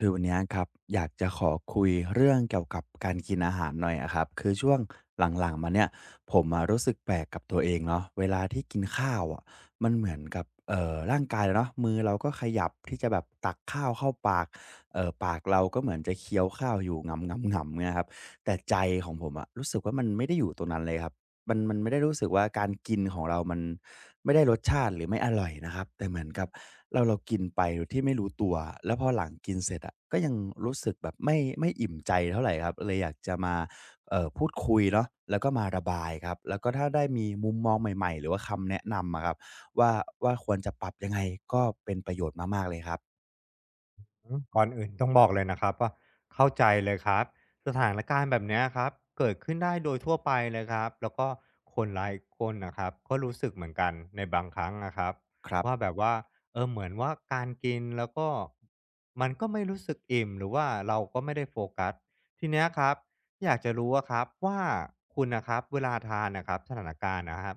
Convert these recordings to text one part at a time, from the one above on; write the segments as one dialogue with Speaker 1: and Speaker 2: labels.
Speaker 1: คือวันเนี้ยครับอยากจะขอคุยเรื่องเกี่ยวกับการกินอาหารหน่อยอะครับคือช่วงหลังๆมาเนี่ยผมอารู้สึกแปลกกับตัวเองเนาะเวลาที่กินข้าวอะมันเหมือนกับร่างกายเนาะมือเราก็ขยับที่จะแบบตักข้าวเข้าปากปากเราก็เหมือนจะเคี้ยวข้าวอยู่งเงำงำเนี้ยครับแต่ใจของผมอ่ะรู้สึกว่ามันไม่ได้อยู่ตรงนั้นเลยครับ มันไม่ได้รู้สึกว่าการกินของเรามันไม่ได้รสชาติหรือไม่อร่อยนะครับแต่เหมือนกับเรากินไปโดยที่ไม่รู้ตัวแล้วพอหลังกินเสร็จอะก็ยังรู้สึกแบบไม่อิ่มใจเท่าไหรครับเลยอยากจะมาพูดคุยเนาะแล้วก็มาระบายครับแล้วก็ถ้าได้มีมุมมองใหม่ๆหรือว่าคำแนะนำอะครับว่าควรจะปรับยังไงก็เป็นประโยชน์มากๆเลยครับ
Speaker 2: อืมก่อนอื่นต้องบอกเลยนะครับว่าเข้าใจเลยครับสถานการณ์แบบเนี้ยครับเกิดขึ้นได้โดยทั่วไปเลยครับแล้วก็คนหลายคนนะครับก็รู้สึกเหมือนกันในบางครั้งนะครับ
Speaker 1: ครับ
Speaker 2: ว่าแบบว่าเออเหมือนว่าการกินแล้วก็มันก็ไม่รู้สึกอิ่มหรือว่าเราก็ไม่ได้โฟกัสทีเนี้ยครับอยากจะรู้ว่าครับว่าคุณนะครับเวลาทานนะครับสถานการณ์นะครับ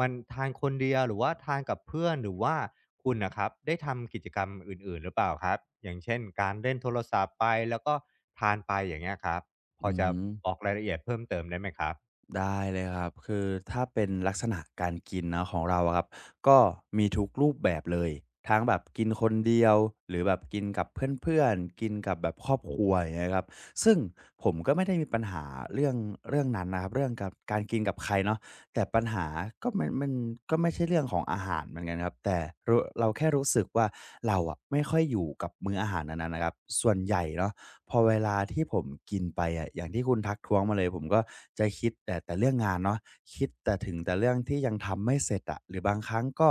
Speaker 2: มันทานคนเดียวหรือว่าทานกับเพื่อนหรือว่าคุณน่ะครับได้ทำกิจกรรมอื่นๆหรือเปล่าครับอย่างเช่นการเล่นโทรศัพท์ไปแล้วก็ทานไปอย่างเงี้ยครับพอ
Speaker 1: อือ
Speaker 2: จะบอกรายละเอียดเพิ่มเติมได้ไหมครับ
Speaker 1: ได้เลยครับ คือถ้าเป็นลักษณะการกินนะของเราอะครับก็มีทุกรูปแบบเลยทั้งแบบกินคนเดียวหรือแบบกินกับเพื่อนๆกินกับแบบครอบครัวอย่างเงี้ยครับซึ่งผมก็ไม่ได้มีปัญหาเรื่องเรื่องนั้นนะครับ เรื่องกับการกินกับใครเนาะแต่ปัญหาก็มันก็ไม่ใช่เรื่องของอาหารเหมือนกันครับ แต่เราแค่รู้สึกว่าเราอะไม่ค่อยอยู่กับมื้ออาหารนั้นๆนะครับส่วนใหญ่เนาะ พอเวลาที่ผมกินไปอะอย่างที่คุณทักท้วงมาเลยผมก็จะคิดแต่เรื่องงานเนาะคิดแต่ถึงแต่เรื่องที่ยังทำไม่เสร็จอะหรือบางครั้งก็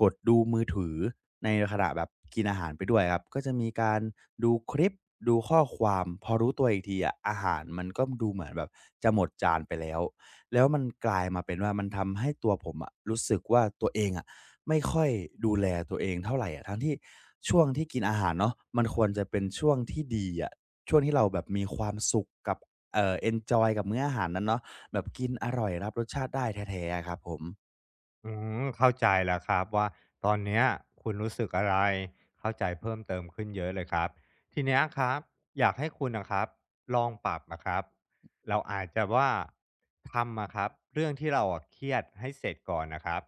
Speaker 1: กดดูมือถือในขณะแบบกินอาหารไปด้วยครับก็จะมีการดูคลิปดูข้อความพอรู้ตัวอีกทีอะอาหารมันก็ดูเหมือนแบบจะหมดจานไปแล้วแล้วมันกลายมาเป็นว่ามันทำให้ตัวผมอะรู้สึกว่าตัวเองอะไม่ค่อยดูแลตัวเองเท่าไรอะทั้งที่ช่วงที่กินอาหารเนาะมันควรจะเป็นช่วงที่ดีอะ ช่วงที่เราแบบมีความสุขกับเอนจอยกับมื้ออาหารนั้นเนาะแบบกินอร่อยรับรสชาติได้แท้ๆอะครับผม
Speaker 2: อืมเข้าใจแล้วครับว่าตอนเนี้ยคุณรู้สึกอะไรเข้าใจเพิ่มเติมขึ้นเยอะเลยครับทีเนี้ยครับอยากให้คุณนะครับลองปรับนะครับเราอาจจะว่าทำอะครับเรื่องที่เราอะเครียดให้เสร็จก่อนนะครับ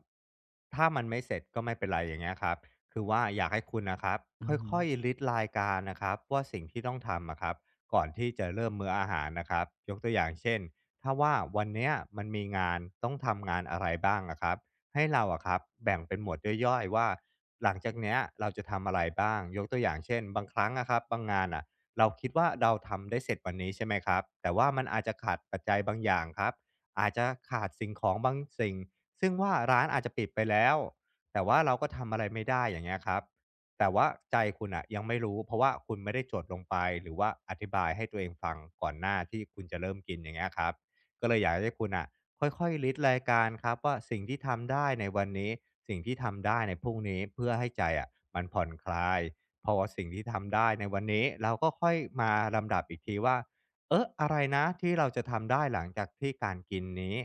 Speaker 2: ถ้ามันไม่เสร็จก็ไม่เป็นไรอย่างเงี้ยครับคือว่าอยากให้คุณนะครับ
Speaker 1: อือฮึ
Speaker 2: ค่อยๆลิดรายการนะครับว่าสิ่งที่ต้องทำอะครับก่อนที่จะเริ่มมื้ออาหารนะครับยกตัวอย่างเช่นถ้าว่าวันเนี้ยมันมีงานต้องทำงานอะไรบ้างนะครับ ให้เราอะครับแบ่งเป็นหมวดย่อยๆว่าหลังจากเนี้ยเราจะทำอะไรบ้างยกตัวอย่างเช่นบางครั้งอะครับบางงานอะเราคิดว่าเราทำได้เสร็จวันนี้ใช่ไหมครับแต่ว่ามันอาจจะขาดปัจจัยบางอย่างครับอาจจะขาดสิ่งของบางสิ่งซึ่งว่าร้านอาจจะปิดไปแล้วแต่ว่าเราก็ทำอะไรไม่ได้อย่างเงี้ยครับแต่ว่าใจคุณอะยังไม่รู้เพราะว่าคุณไม่ได้จดลงไปหรือว่าอธิบายให้ตัวเองฟังก่อนหน้าที่คุณจะเริ่มกินอย่างเงี้ยครับก็เลยอยากให้คุณอะ ค่อยๆลิสต์รายการครับว่าสิ่งที่ทำได้ในวันนี้สิ่งที่ทำได้ในพรุ่งนี้เพื่อให้ใจอะมันผ่อนคลายพอสิ่งที่ทำได้ในวันนี้เราก็ค่อยมาลำดับอีกทีว่าเอออะไรนะที่เราจะทำได้หลังจากที่การกินนี้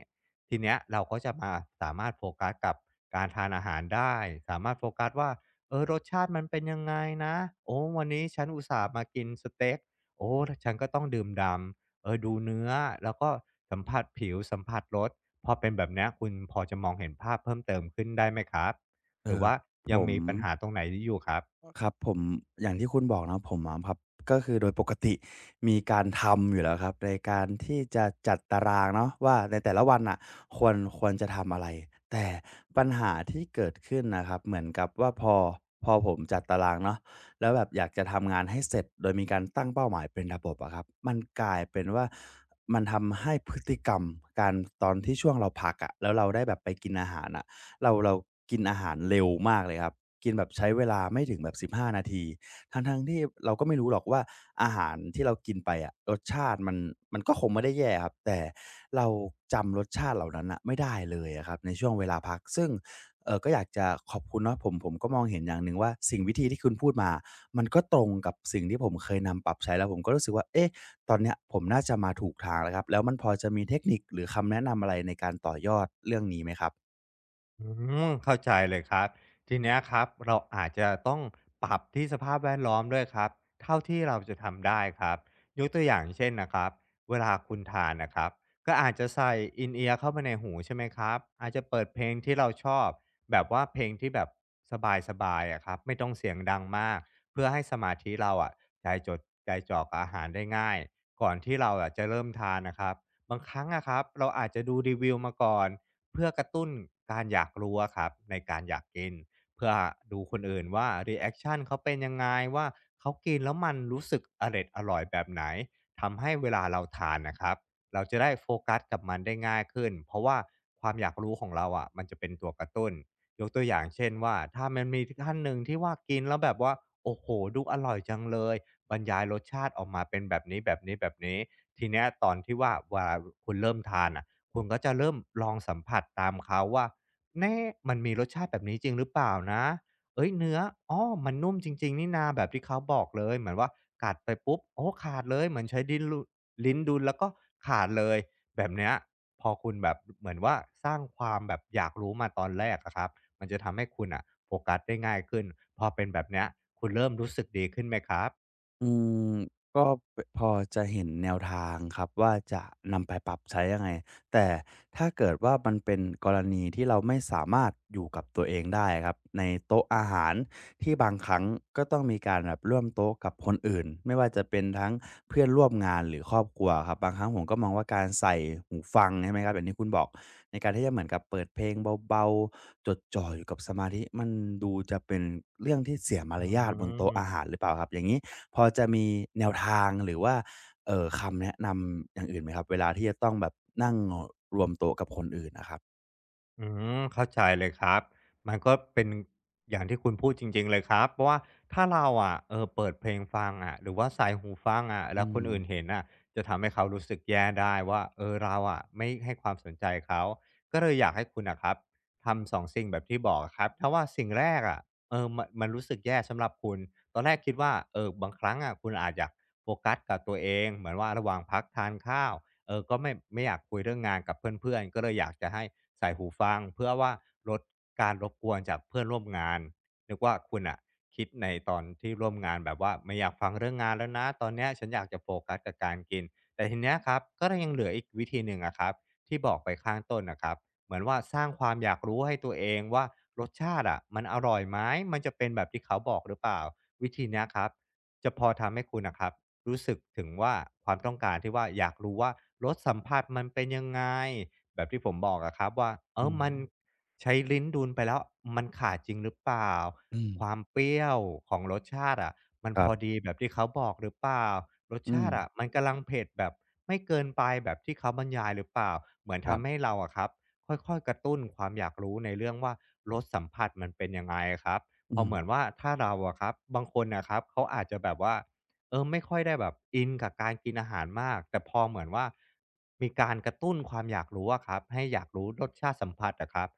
Speaker 2: ทีเนี้ยเราก็จะมาสามารถโฟกัสกับการทานอาหารได้สามารถโฟกัสว่าเออรสชาติมันเป็นยังไงนะโอ้วันนี้ฉันอุตส่าห์มากินสเต็กโอ้ฉันก็ต้องดื่มดำ เออดูเนื้อแล้วก็สัมผัสผิวสัมผัสรสพอเป็นแบบเนี้ยคุณพอจะมองเห็นภาพเพิ่มเติมขึ้นได้ไหมครับห
Speaker 1: เอ่
Speaker 2: รือ
Speaker 1: อ
Speaker 2: ว่า
Speaker 1: ผ
Speaker 2: ยัง
Speaker 1: ม
Speaker 2: มีปัญหาตรงไหนอยู่ครับ
Speaker 1: ครับผมอย่างที่คุณบอกนะผมอะครับก็คือโดยปกติมีการทำอยู่แล้วครับในการที่จะจัดตารางเนาะว่าในแต่ละวันอ่ะควรจะทำอะไรแต่ปัญหาที่เกิดขึ้นนะครับเหมือนกับว่าพอผมจัดตารางเนาะแล้วแบบอยากจะทำงานให้เสร็จโดยมีการตั้งเป้าหมายเป็นระบบอะครับมันกลายเป็นว่ามันทำให้พฤติกรรมการตอนที่ช่วงเราพักอะแล้วเราได้แบบไปกินอาหารอะ เรากินอาหารเร็วมากเลยครับกินแบบใช้เวลาไม่ถึงแบบ15นาทีทั้งๆที่เราก็ไม่รู้หรอกว่าอาหารที่เรากินไปอะรสชาติมันก็คงไม่ได้แย่ครับแต่เราจำรสชาติเหล่านั้นน่ะไม่ได้เลยอะครับในช่วงเวลาพักซึ่งก็อยากจะขอบคุณเนาะผมก็มองเห็นอย่างหนึ่งว่าสิ่งวิธีที่คุณพูดมามันก็ตรงกับสิ่งที่ผมเคยนำปรับใช้แล้วผมก็รู้สึกว่าเอ๊ะตอนเนี้ยผมน่าจะมาถูกทางแล้วครับแล้วมันพอจะมีเทคนิคหรือคำแนะนำอะไรในการต่อยอดเรื่องนี้ไหมครับ
Speaker 2: อืมเข้าใจเลยครับทีเนี้ยครับเราอาจจะต้องปรับที่สภาพแวดล้อมด้วยครับเท่าที่เราจะทำได้ครับยกตัวอย่างเช่นนะครับเวลาคุณทานนะครับก็อาจจะใส่ i n ยร r เข้าไปในหูใช่ไหมครับอาจจะเปิดเพลงที่เราชอบแบบว่าเพลงที่แบบสบายๆอะครับไม่ต้องเสียงดังมากเพื่อให้สมาธิเราอะใจจดใจจ่อกับอาหารได้ง่ายก่อนที่เราอะจะเริ่มทานนะครับบางครั้งอะครับเราอาจจะดูรีวิวมาก่อน เพื่อกระตุ้นการอยากรู้อะครับในการอยากกินเพื่อดูคนอื่นว่ารีแอกชันเขาเป็นยังไงว่าเขากินแล้วมันรู้สึกอร็ดอร่อยแบบไหนทำให้เวลาเราทานนะครับเราจะได้โฟกัสกับมันได้ง่ายขึ้นเพราะว่าความอยากรู้ของเราอะมันจะเป็นตัวกระตุ้นยกตัวอย่างเช่นว่าถ้ามันมีท่านหนึ่งที่ว่ากินแล้วแบบว่าโอ้โหดูอร่อยจังเลยบรรยายรสชาติออกมาเป็นแบบนี้ๆๆทีเนี้ยตอนที่ว่าเวลาคุณเริ่มทานอ่ะ คุณก็จะเริ่มลองสัมผัสตามเขาว่าแน่มันมีรสชาติแบบนี้จริงหรือเปล่านะเอ้ยเนื้ออ๋อมันนุ่มจริงๆนี่นาแบบที่เขาบอกเลยเหมือนว่ากัดไปปุ๊บโอ้ขาดเลยเหมือนใช้ดิ้นรูลิ้นดุลแล้วก็ขาดเลยแบบเนี้ยพอคุณแบบเหมือนว่าสร้างความแบบอยากรู้มาตอนแรกอะครับมันจะทำให้คุณอ่ะโฟกัสได้ง่ายขึ้นพอเป็นแบบเนี้ยคุณเริ่มรู้สึกดีขึ้นไหมครับ
Speaker 1: อืมก็พอจะเห็นแนวทางครับว่าจะนำไปปรับใช้ยังไงแต่ถ้าเกิดว่ามันเป็นกรณีที่เราไม่สามารถอยู่กับตัวเองได้ครับในโต๊ะอาหารที่บางครั้งก็ต้องมีการแบบร่วมโต๊ะกับคนอื่นไม่ว่าจะเป็นทั้งเพื่อนร่วมงานหรือครอบครัวครับบางครั้งผมก็มองว่าการใส่หูฟังใช่ไหมครับอย่างที่คุณบอกในการที่จะเหมือนกับเปิดเพลงเบาๆจดจ่ออยู่กับสมาธิมันดูจะเป็นเรื่องที่เสียมา
Speaker 2: อื
Speaker 1: รยาทบนโต๊ะ
Speaker 2: ม
Speaker 1: อาหารหรือเปล่าครับอย่างนี้ พอจะมีแนวทางหรือว่าคำแนะนำอย่างอื่นไหมครับเวลาที่จะต้องแบบนั่งรวมโต๊ะกับคนอื่นน่ะครับ
Speaker 2: อืมเข้าใจเลยครับมันก็เป็นอย่างที่คุณพูดจริงๆเลยครับเพราะว่าถ้าเราอะเออเปิดเพลงฟังอะหรือว่าใส่หูฟังอะแล้
Speaker 1: อื
Speaker 2: วค
Speaker 1: ม
Speaker 2: นอื่นเห็นอ่ะจะทำให้เขารู้สึกแย่ได้ว่าเออเราอะไม่ให้ความสนใจเขาก็เลยอยากให้คุณน่ะครับทำ2สิ่งแบบที่บอกอะครับถ้าว่าสิ่งแรกอะเออมันรู้สึกแย่สำหรับคุณตอนแรกคิดว่าเออบางครั้งอะคุณอาจอยากโฟกัสกับตัวเองเหมือนว่าระหว่างพักทานข้าว เออก็ไม่อยากคุยเรื่องงานกับเพื่อนๆก็เลยอยากจะให้ใส่หูฟังเพื่อว่าลดการรบกวนจากเพื่อนร่วมงานนึกว่าคุณอ่ะคิดในตอนที่ร่วมงานแบบว่าไม่อยากฟังเรื่องงานแล้วนะตอนเนี้ยฉันอยากจะโฟกัสกับการกินแต่ทีเนี้ยครับก็ยังเหลืออีกวิธีหนึ่งอะครับที่บอกไปข้างต้นนะครับเหมือนว่าสร้างความอยากรู้ให้ตัวเองว่ารสชาติอะมันอร่อยไหมมันจะเป็นแบบที่เขาบอกหรือเปล่าวิธีเนี้ยครับจะพอทำให้คุณนะครับ รู้สึกถึงว่าความต้องการที่ว่าอยากรู้ว่ารสสัมผัสมันเป็นยังไงแบบที่ผมบอกอะครับว่าเอ
Speaker 1: อื
Speaker 2: อ
Speaker 1: ม
Speaker 2: มันใช้ลิ้นดูลไปแล้วมันขาดจริงหรือเปล่า
Speaker 1: อืม
Speaker 2: ความเปรี้ยวของรสชาติอะมัน
Speaker 1: ค
Speaker 2: พ
Speaker 1: รั
Speaker 2: อ
Speaker 1: บ
Speaker 2: ดีแบบที่เขาบอกหรือเปล่ารส
Speaker 1: อื
Speaker 2: ชา
Speaker 1: ม
Speaker 2: ติอะมันกำลังเผ็ดแบบไม่เกินไปแบบที่เขาบรรยายหรือเปล่าเหมือน
Speaker 1: ครั
Speaker 2: ทำให้
Speaker 1: บ
Speaker 2: เราอะครับค่อยๆกระตุ้นความอยากรู้ในเรื่องว่ารสสัมผัสมันเป็นยังไงครับพ
Speaker 1: อื
Speaker 2: อเห
Speaker 1: ม
Speaker 2: มือนว่าถ้าเราอะครับบางคนนะครับเขาอาจจะแบบว่า เออไม่ค่อยได้แบบอินกับการกินอาหารมากแต่พอเหมือนว่ามีการกระตุ้นความอยากรู้อะครับให้อยากรู้รสชาติสัมผัสอะครับ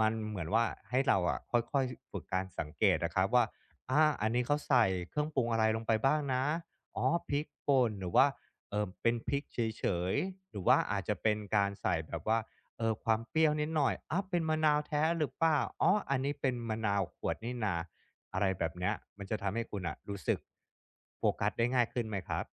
Speaker 2: มันเหมือนว่าให้เราอะค่อยๆฝึกการสังเกตนะครับว่าอาอันนี้เขาใส่เครื่องปรุงอะไรลงไปบ้างนะอ๋อพริกป่นหรือว่าเออเป็นพริกเฉยๆหรือว่าอาจจะเป็นการใส่แบบว่าเออความเปรี้ยวนิดหน่อยอ้าเป็นมะนาวแท้หรือเปล่าอ๋ออันนี้เป็นมะนาวขวดนี่นา อะไรแบบเนี้ยมันจะทำให้คุณอ่ะรู้สึกโฟกัสได้ง่ายขึ้นไหมครับ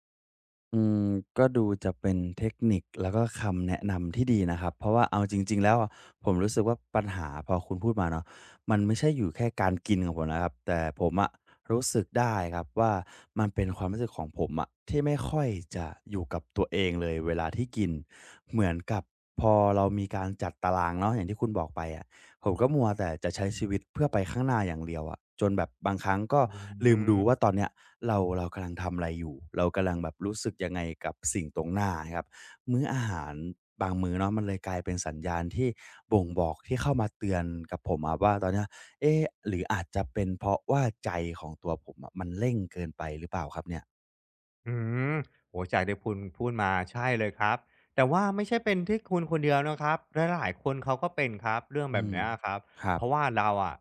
Speaker 1: อืมก็ดูจะเป็นเทคนิคแล้วก็คำแนะนำที่ดีนะครับเพราะว่าเอาจริงๆแล้วอะผมรู้สึกว่าปัญหาพอคุณพูดมาเนาะมันไม่ใช่อยู่แค่การกินของผมนะครับแต่ผมอะรู้สึกได้ครับว่ามันเป็นความรู้สึกของผมอะที่ไม่ค่อยจะอยู่กับตัวเองเลยเวลาที่กินเหมือนกับพอเรามีการจัดตารางเนาะอย่างที่คุณบอกไปอะ ผมก็มัวแต่จะใช้ชีวิตเพื่อไปข้างหน้าอย่างเดียวอะจนแบบบางครั้งก็
Speaker 2: อื
Speaker 1: ลืมดูว่า
Speaker 2: ม
Speaker 1: ตอนเนี้ยเรากำลังทำอะไรอยู่เรากำลังแบบรู้สึกยังไงกับสิ่งตรงหน้าะครับมื้ออาหารบางมื้อเนาะมันเลยกลายเป็นสัญญาณที่บ่งบอกที่เข้ามาเตือนกับผมอะว่าตอนเนี้ยเอ๊ะหรืออาจจะเป็นเพราะว่าใจของตัวผมอะมันเร่งเกินไปหรือเปล่าครับเนี่ย
Speaker 2: อืมโอ้จากที่คุณพูดมาใช่เลยครับแต่ว่าไม่ใช่เป็นที่คุณคนเดียวนะครับหลายๆคนเขาก็เป็นครับเรื่อง
Speaker 1: อื
Speaker 2: แบบ
Speaker 1: ม
Speaker 2: เนี้ยครับ
Speaker 1: ครั
Speaker 2: เพ
Speaker 1: บ
Speaker 2: ราะว่าเราอะ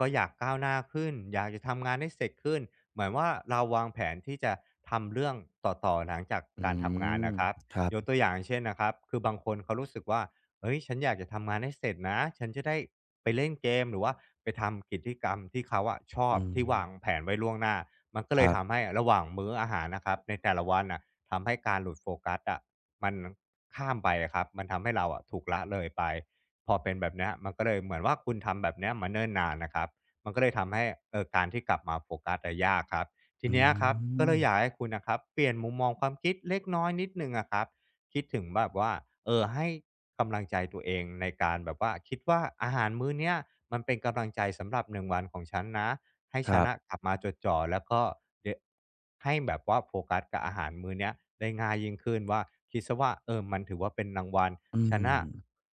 Speaker 2: ก็อยากก้าวหน้าขึ้นอยากจะทำงานให้เสร็จขึ้นเหมือนว่าเราวางแผนที่จะทำเรื่องต่อๆหลังจาก
Speaker 1: อื
Speaker 2: การทำงาน
Speaker 1: ม
Speaker 2: นะครับ
Speaker 1: ครับ
Speaker 2: ยกตัวอย่างเช่นนะครับคือบางคนเขารู้สึกว่าเฮ้ยฉันอยากจะทำงานให้เสร็จนะฉันจะได้ไปเล่นเกมหรือว่าไปทำกิจกรรมที่เขาอะชอบ
Speaker 1: อื
Speaker 2: ที่
Speaker 1: ม
Speaker 2: วางแผนไว้ล่วงหน้า มันก็
Speaker 1: ค
Speaker 2: เลย
Speaker 1: รั
Speaker 2: ทำ
Speaker 1: บ
Speaker 2: ให้ระหว่างมื้ออาหารนะครับในแต่ละวันน่ะทำให้การหลุดโฟกัสอะมันข้ามไปอะครับมันทำให้เราอะถูกละเลยไปพอเป็นแบบเนี้ยมันก็เลยเหมือนว่าคุณทำแบบเนี้ยมาเนิ่นนานนะครับมันก็เลยทำให้การที่กลับมาโฟกัสอะยากครับที
Speaker 1: อื
Speaker 2: เนี้ยครับก็เล
Speaker 1: ม
Speaker 2: ยอยากให้คุณนะครับเปลี่ยนมุมมองความคิดเล็กน้อยนิดหนึ่งอะครับคิดถึงแบบว่าเออให้กำลังใจตัวเองในการแบบว่าคิดว่าอาหารมื้อเนี้ยมันเป็นกำลังใจสำหรับหนึ่งวันของฉันนะ ให้
Speaker 1: ค
Speaker 2: ฉั
Speaker 1: รั
Speaker 2: นอะ
Speaker 1: บ
Speaker 2: กลับมาจดจ่อแล้วก็เดะให้แบบว่าโฟกัสกับอาหารมื้อเนี้ยได้ง่ายยิ่งขึ้นว่าคิดเสียว่าเออมันถือว่าเป็นรางวัล
Speaker 1: อื
Speaker 2: ฉัน
Speaker 1: ม
Speaker 2: น่ะ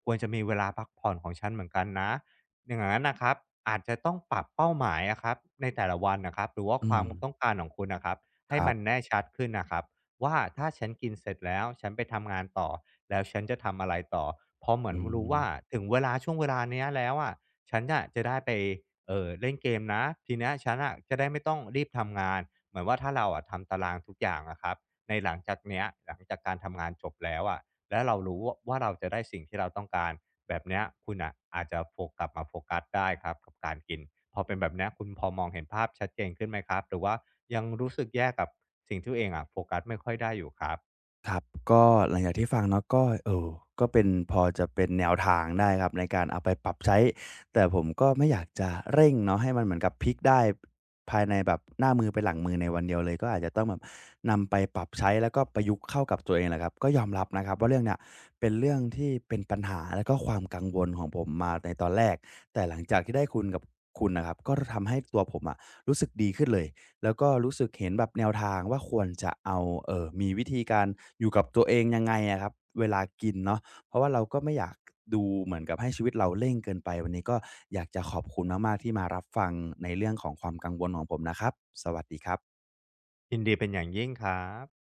Speaker 2: ควรจะมีเวลาพักผ่อนของฉันเหมือนกันนะอย่างนั้นน่ะครับอาจจะต้องปรับเป้าหมายอะครับในแต่ละวันนะครับหรือว่า
Speaker 1: อื
Speaker 2: ความต้อง
Speaker 1: ม
Speaker 2: การของคุณน่ะครับ
Speaker 1: ค
Speaker 2: ให้
Speaker 1: รั
Speaker 2: มัน
Speaker 1: บ
Speaker 2: แน่ชัดขึ้นน่ะครับว่าถ้าฉันกินเสร็จแล้วฉันไปทำงานต่อแล้วฉันจะทำอะไรต่อพอเหมือน
Speaker 1: อื
Speaker 2: รู้
Speaker 1: ม
Speaker 2: ว่าถึงเวลาช่วงเวลาเนี้ยแล้วอะ ฉันน่ะจะได้ไปเออเล่นเกมนะทีเนี้ยฉันอ่ะจะได้ไม่ต้องรีบทำงานเหมือนว่าถ้าเราอะทำตารางทุกอย่างนะครับในหลังจากเนี้ยหลังจากการทำงานจบแล้วอะแล้วเรารู้ว่าเราจะได้สิ่งที่เราต้องการแบบเนี้ยคุณอ่ะอาจจะโฟกลับมาโฟกัสได้ครับกับการกินพอเป็นแบบเนี้ยคุณพอมองเห็นภาพชัดเจนขึ้นไหมครับหรือว่ายังรู้สึกแย่กับสิ่งที่ตัวเองอะโฟกัสไม่ค่อยได้อยู่ครับ
Speaker 1: ครับก็หลังจากที่ฟังเนาะก็ก็เป็นพอจะเป็นแนวทางได้ครับในการเอาไปปรับใช้แต่ผมก็ไม่อยากจะเร่งเนาะให้มันเหมือนกับพลิกได้ภายในแบบหน้ามือเป็นหลังมือในวันเดียวเลยก็อาจจะต้องแบบนำไปปรับใช้แล้วก็ประยุกต์เข้ากับตัวเองแหละครับก็ยอมรับนะครับว่าเรื่องเนี้ยเป็นเรื่องที่เป็นปัญหาแล้วก็ความกังวลของผมมาในตอนแรกแต่หลังจากที่ได้คุณกับคุณน่ะครับก็ทำให้ตัวผมอะรู้สึกดีขึ้นเลย แล้วก็รู้สึกเห็นแบบแนวทางว่าควรจะเอามีวิธีการอยู่กับตัวเองยังไงอะครับเวลากินเนาะเพราะว่าเราก็ไม่อยากดูเหมือนกับให้ชีวิตเราเร่งเกินไปวันนี้ก็อยากจะขอบคุณมากๆที่มารับฟังในเรื่องของความกังวลของผมนะครับสวัสดีครับ
Speaker 2: ยินดีเป็นอย่างยิ่งครับ